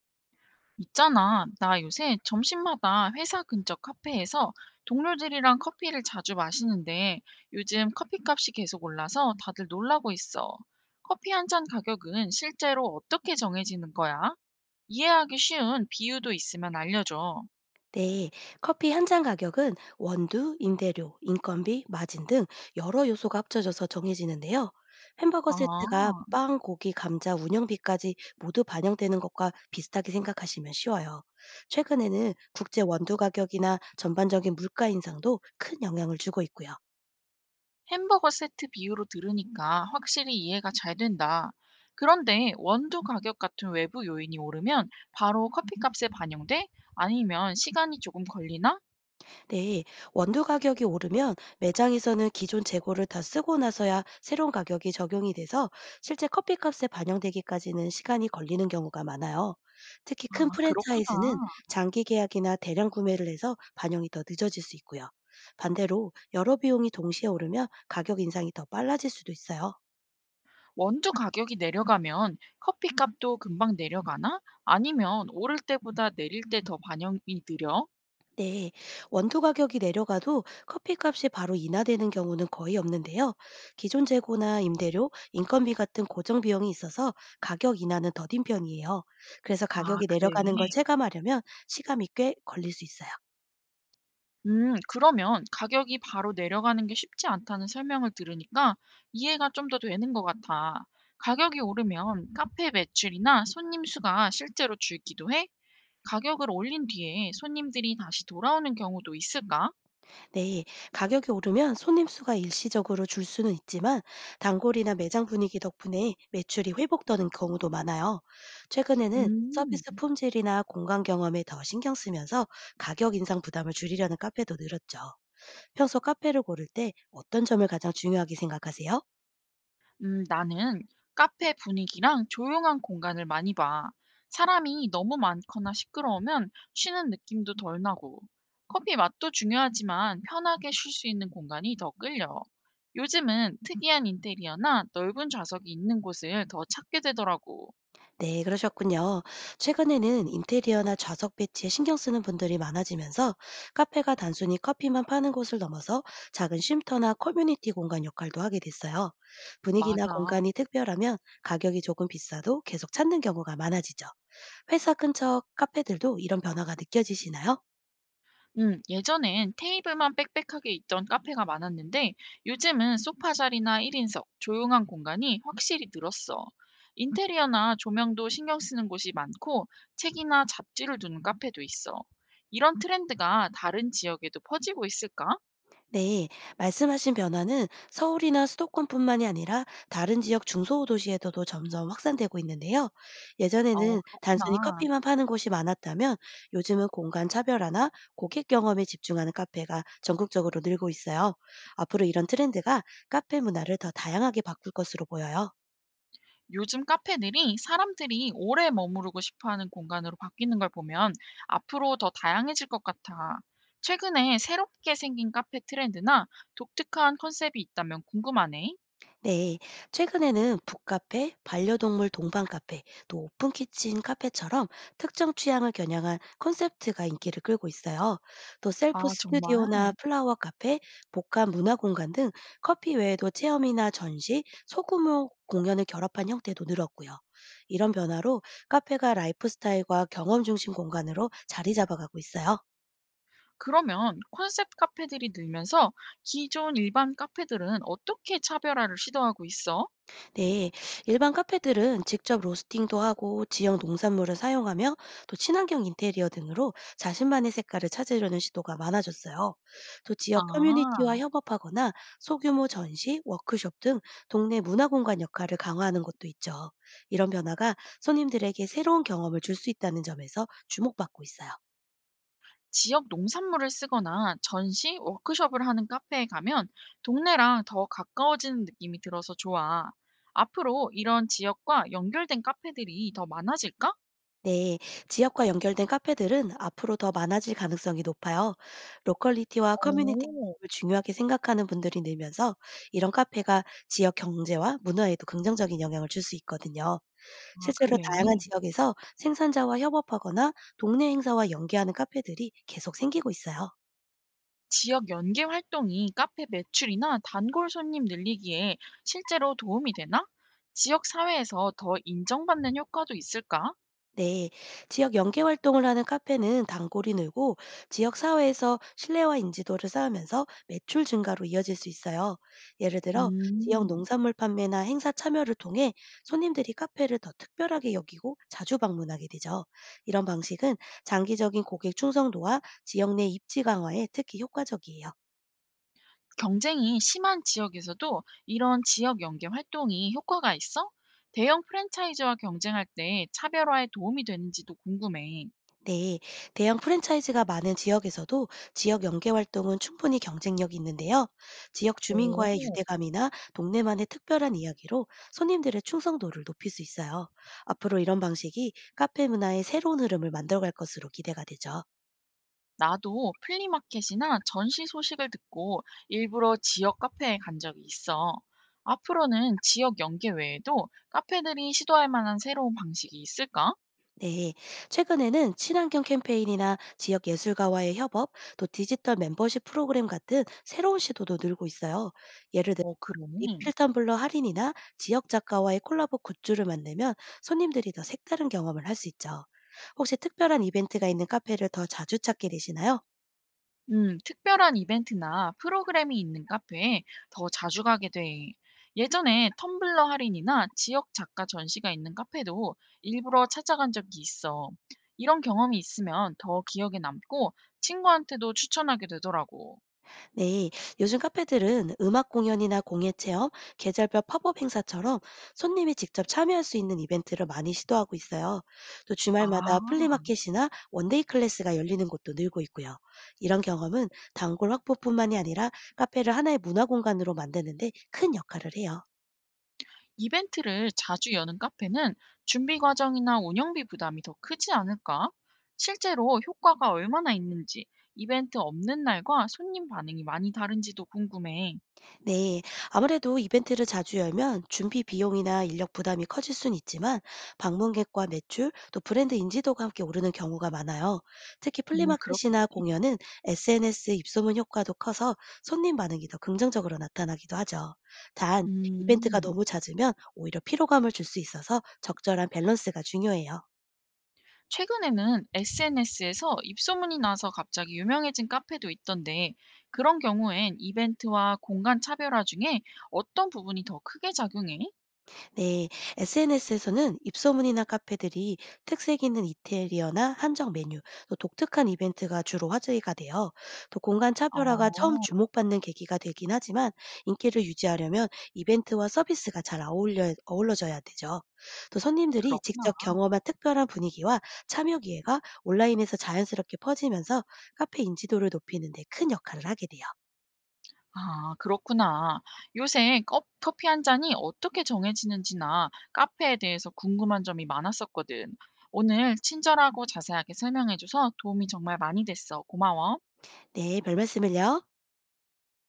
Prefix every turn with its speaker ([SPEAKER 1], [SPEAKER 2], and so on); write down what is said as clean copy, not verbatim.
[SPEAKER 1] 있잖아, 나 요새 점심마다 회사 근처 카페에서 동료들이랑 커피를 자주 마시는데 요즘 커피값이 계속 올라서 다들 놀라고 있어. 커피 한잔 가격은 실제로 어떻게 정해지는 거야? 이해하기 쉬운 비유도 있으면 알려줘.
[SPEAKER 2] 네, 커피 한 잔 가격은 원두, 임대료, 인건비, 마진 등 여러 요소가 합쳐져서 정해지는데요. 햄버거 세트가
[SPEAKER 1] 아,
[SPEAKER 2] 빵, 고기, 감자, 운영비까지 모두 반영되는 것과 비슷하게 생각하시면 쉬워요. 최근에는 국제 원두 가격이나 전반적인 물가 인상도 큰 영향을 주고 있고요.
[SPEAKER 1] 햄버거 세트 비유로 들으니까 확실히 이해가 잘 된다. 그런데 원두 가격 같은 외부 요인이 오르면 바로 커피값에 반영돼? 아니면 시간이 조금 걸리나?
[SPEAKER 2] 네, 원두 가격이 오르면 매장에서는 기존 재고를 다 쓰고 나서야 새로운 가격이 적용이 돼서 실제 커피값에 반영되기까지는 시간이 걸리는 경우가 많아요. 특히
[SPEAKER 1] 아
[SPEAKER 2] 큰 프랜차이즈는
[SPEAKER 1] 그렇구나.
[SPEAKER 2] 장기 계약이나 대량 구매를 해서 반영이 더 늦어질 수 있고요. 반대로 여러 비용이 동시에 오르면 가격 인상이 더 빨라질 수도 있어요.
[SPEAKER 1] 원두 가격이 내려가면 커피 값도 금방 내려가나? 아니면 오를 때보다 내릴 때 더 반영이 느려?
[SPEAKER 2] 네, 원두 가격이 내려가도 커피값이 바로 인하되는 경우는 거의 없는데요. 기존 재고나 임대료, 인건비 같은 고정 비용이 있어서 가격 인하는 더딘 편이에요. 그래서
[SPEAKER 1] 아
[SPEAKER 2] 가격이
[SPEAKER 1] 그래.
[SPEAKER 2] 내려가는 걸 체감하려면 시간이 꽤 걸릴 수 있어요.
[SPEAKER 1] 그러면 가격이 바로 내려가는 게 쉽지 않다는 설명을 들으니까 이해가 좀 더 되는 것 같아. 가격이 오르면 카페 매출이나 손님 수가 실제로 줄기도 해? 가격을 올린 뒤에 손님들이 다시 돌아오는 경우도 있을까?
[SPEAKER 2] 네, 가격이 오르면 손님 수가 일시적으로 줄 수는 있지만 단골이나 매장 분위기 덕분에 매출이 회복되는 경우도 많아요. 최근에는
[SPEAKER 1] 음.
[SPEAKER 2] 서비스 품질이나 공간 경험에 더 신경 쓰면서 가격 인상 부담을 줄이려는 카페도 늘었죠. 평소 카페를 고를 때 어떤 점을 가장 중요하게 생각하세요?
[SPEAKER 1] 나는 카페 분위기랑 조용한 공간을 많이 봐. 사람이 너무 많거나 시끄러우면 쉬는 느낌도 덜 나고, 커피 맛도 중요하지만 편하게 쉴 수 있는 공간이 더 끌려. 요즘은 특이한 인테리어나 넓은 좌석이 있는 곳을 더 찾게 되더라고.
[SPEAKER 2] 네, 그러셨군요. 최근에는 인테리어나 좌석 배치에 신경 쓰는 분들이 많아지면서 카페가 단순히 커피만 파는 곳을 넘어서 작은 쉼터나 커뮤니티 공간 역할도 하게 됐어요. 분위기나
[SPEAKER 1] 맞아.
[SPEAKER 2] 공간이 특별하면 가격이 조금 비싸도 계속 찾는 경우가 많아지죠. 회사 근처 카페들도 이런 변화가 느껴지시나요?
[SPEAKER 1] 예전엔 테이블만 빽빽하게 있던 카페가 많았는데 요즘은 소파 자리나 1인석, 조용한 공간이 확실히 늘었어. 인테리어나 조명도 신경 쓰는 곳이 많고 책이나 잡지를 두는 카페도 있어. 이런 트렌드가 다른 지역에도 퍼지고 있을까?
[SPEAKER 2] 네, 말씀하신 변화는 서울이나 수도권뿐만이 아니라 다른 지역 중소도시에서도 점점 확산되고 있는데요.
[SPEAKER 1] 어,
[SPEAKER 2] 예전에는 단순히
[SPEAKER 1] 그렇구나.
[SPEAKER 2] 커피만 파는 곳이 많았다면 요즘은 공간 차별화나 고객 경험에 집중하는 카페가 전국적으로 늘고 있어요. 앞으로 이런 트렌드가 카페 문화를 더 다양하게 바꿀 것으로 보여요.
[SPEAKER 1] 요즘 카페들이 사람들이 오래 머무르고 싶어 하는 공간으로 바뀌는 걸 보면 앞으로 더 다양해질 것 같아. 최근에 새롭게 생긴 카페 트렌드나 독특한 컨셉이 있다면 궁금하네.
[SPEAKER 2] 네, 최근에는 북카페, 반려동물 동반 카페, 또 오픈 키친 카페처럼 특정 취향을 겨냥한 콘셉트가 인기를 끌고 있어요. 또 셀프
[SPEAKER 1] 아, 정말?
[SPEAKER 2] 스튜디오나 플라워 카페, 복합 문화 공간 등 커피 외에도 체험이나 전시, 소규모 공연을 결합한 형태도 늘었고요. 이런 변화로 카페가 라이프 스타일과 경험 중심 공간으로 자리 잡아가고 있어요.
[SPEAKER 1] 그러면 컨셉 카페들이 늘면서 기존 일반 카페들은 어떻게 차별화를 시도하고 있어?
[SPEAKER 2] 네, 일반 카페들은 직접 로스팅도 하고 지역 농산물을 사용하며 또 친환경 인테리어 등으로 자신만의 색깔을 찾으려는 시도가 많아졌어요. 또 지역
[SPEAKER 1] 아.
[SPEAKER 2] 커뮤니티와 협업하거나 소규모 전시, 워크숍 등 동네 문화공간 역할을 강화하는 것도 있죠. 이런 변화가 손님들에게 새로운 경험을 줄 수 있다는 점에서 주목받고 있어요.
[SPEAKER 1] 지역 농산물을 쓰거나 전시, 워크숍을 하는 카페에 가면 동네랑 더 가까워지는 느낌이 들어서 좋아. 앞으로 이런 지역과 연결된 카페들이 더 많아질까?
[SPEAKER 2] 네, 지역과 연결된 카페들은 앞으로 더 많아질 가능성이 높아요. 로컬리티와 커뮤니티
[SPEAKER 1] 오,
[SPEAKER 2] 를 중요하게 생각하는 분들이 늘면서 이런 카페가 지역 경제와 문화에도 긍정적인 영향을 줄 수 있거든요.
[SPEAKER 1] 아,
[SPEAKER 2] 실제로 다양한
[SPEAKER 1] 그래.
[SPEAKER 2] 지역에서 생산자와 협업하거나 동네 행사와 연계하는 카페들이 계속 생기고 있어요.
[SPEAKER 1] 지역 연계 활동이 카페 매출이나 단골 손님 늘리기에 실제로 도움이 되나? 지역 사회에서 더 인정받는 효과도 있을까?
[SPEAKER 2] 네, 지역 연계 활동을 하는 카페는 단골이 늘고 지역 사회에서 신뢰와 인지도를 쌓으면서 매출 증가로 이어질 수 있어요. 예를 들어 지역
[SPEAKER 1] 음.
[SPEAKER 2] 농산물 판매나 행사 참여를 통해 손님들이 카페를 더 특별하게 여기고 자주 방문하게 되죠. 이런 방식은 장기적인 고객 충성도와 지역 내 입지 강화에 특히 효과적이에요.
[SPEAKER 1] 경쟁이 심한 지역에서도 이런 지역 연계 활동이 효과가 있어? 대형 프랜차이즈와 경쟁할 때 차별화에 도움이 되는지도 궁금해.
[SPEAKER 2] 네, 대형 프랜차이즈가 많은 지역에서도 지역 연계 활동은 충분히 경쟁력이 있는데요. 지역 주민과의
[SPEAKER 1] 오,
[SPEAKER 2] 유대감이나 동네만의 특별한 이야기로 손님들의 충성도를 높일 수 있어요. 앞으로 이런 방식이 카페 문화의 새로운 흐름을 만들어갈 것으로 기대가 되죠.
[SPEAKER 1] 나도 플리마켓이나 전시 소식을 듣고 일부러 지역 카페에 간 적이 있어. 앞으로는 지역 연계 외에도 카페들이 시도할 만한 새로운 방식이 있을까?
[SPEAKER 2] 네, 최근에는 친환경 캠페인이나 지역 예술가와의 협업, 또 디지털 멤버십 프로그램 같은 새로운 시도도 늘고 있어요. 예를
[SPEAKER 1] 어, 그러네.
[SPEAKER 2] 리필 텀블러 할인이나 지역 작가와의 콜라보 굿즈를 만들면 손님들이 더 색다른 경험을 할 수 있죠. 혹시 특별한 이벤트가 있는 카페를 더 자주 찾게 되시나요?
[SPEAKER 1] 특별한 이벤트나 프로그램이 있는 카페에 더 자주 가게 돼. 예전에 텀블러 할인이나 지역 작가 전시가 있는 카페도 일부러 찾아간 적이 있어. 이런 경험이 있으면 더 기억에 남고 친구한테도 추천하게 되더라고.
[SPEAKER 2] 네, 요즘 카페들은 음악 공연이나 공예 체험, 계절별 팝업 행사처럼 손님이 직접 참여할 수 있는 이벤트를 많이 시도하고 있어요. 또
[SPEAKER 1] 아,
[SPEAKER 2] 주말마다 플리마켓이나 원데이 클래스가 열리는 곳도 늘고 있고요. 이런 경험은 단골 확보뿐만이 아니라 카페를 하나의 문화 공간으로 만드는데 큰 역할을 해요.
[SPEAKER 1] 이벤트를 자주 여는 카페는 준비 과정이나 운영비 부담이 더 크지 않을까? 실제로 효과가 얼마나 있는지, 이벤트 없는 날과 손님 반응이 많이 다른지도 궁금해.
[SPEAKER 2] 네, 아무래도 이벤트를 자주 열면 준비 비용이나 인력 부담이 커질 순 있지만 방문객과 매출, 또 브랜드 인지도가 함께 오르는 경우가 많아요. 특히 플리마켓이나
[SPEAKER 1] 그렇겠지.
[SPEAKER 2] 공연은 SNS 입소문 효과도 커서 손님 반응이 더 긍정적으로 나타나기도 하죠. 단, 이벤트가
[SPEAKER 1] 음.
[SPEAKER 2] 너무 잦으면 오히려 피로감을 줄 수 있어서 적절한 밸런스가 중요해요.
[SPEAKER 1] 최근에는 SNS에서 입소문이 나서 갑자기 유명해진 카페도 있던데, 그런 경우엔 이벤트와 공간 차별화 중에 어떤 부분이 더 크게 작용해?
[SPEAKER 2] 네, SNS에서는 입소문이나 카페들이 특색 있는 인테리어나 한정 메뉴, 또 독특한 이벤트가 주로 화제가 돼요. 또 공간 차별화가 처음
[SPEAKER 1] 어,
[SPEAKER 2] 주목받는 계기가 되긴 하지만 인기를 유지하려면 이벤트와 서비스가 잘 어우러져야 되죠. 또 손님들이
[SPEAKER 1] 그렇구나.
[SPEAKER 2] 직접 경험한 특별한 분위기와 참여 기회가 온라인에서 자연스럽게 퍼지면서 카페 인지도를 높이는 데 큰 역할을 하게 돼요.
[SPEAKER 1] 아, 그렇구나. 요새 커피 한 잔이 어떻게 정해지는지나 카페에 대해서 궁금한 점이 많았었거든. 오늘 친절하고 자세하게 설명해줘서 도움이 정말 많이 됐어. 고마워.
[SPEAKER 2] 네, 별 말씀을요.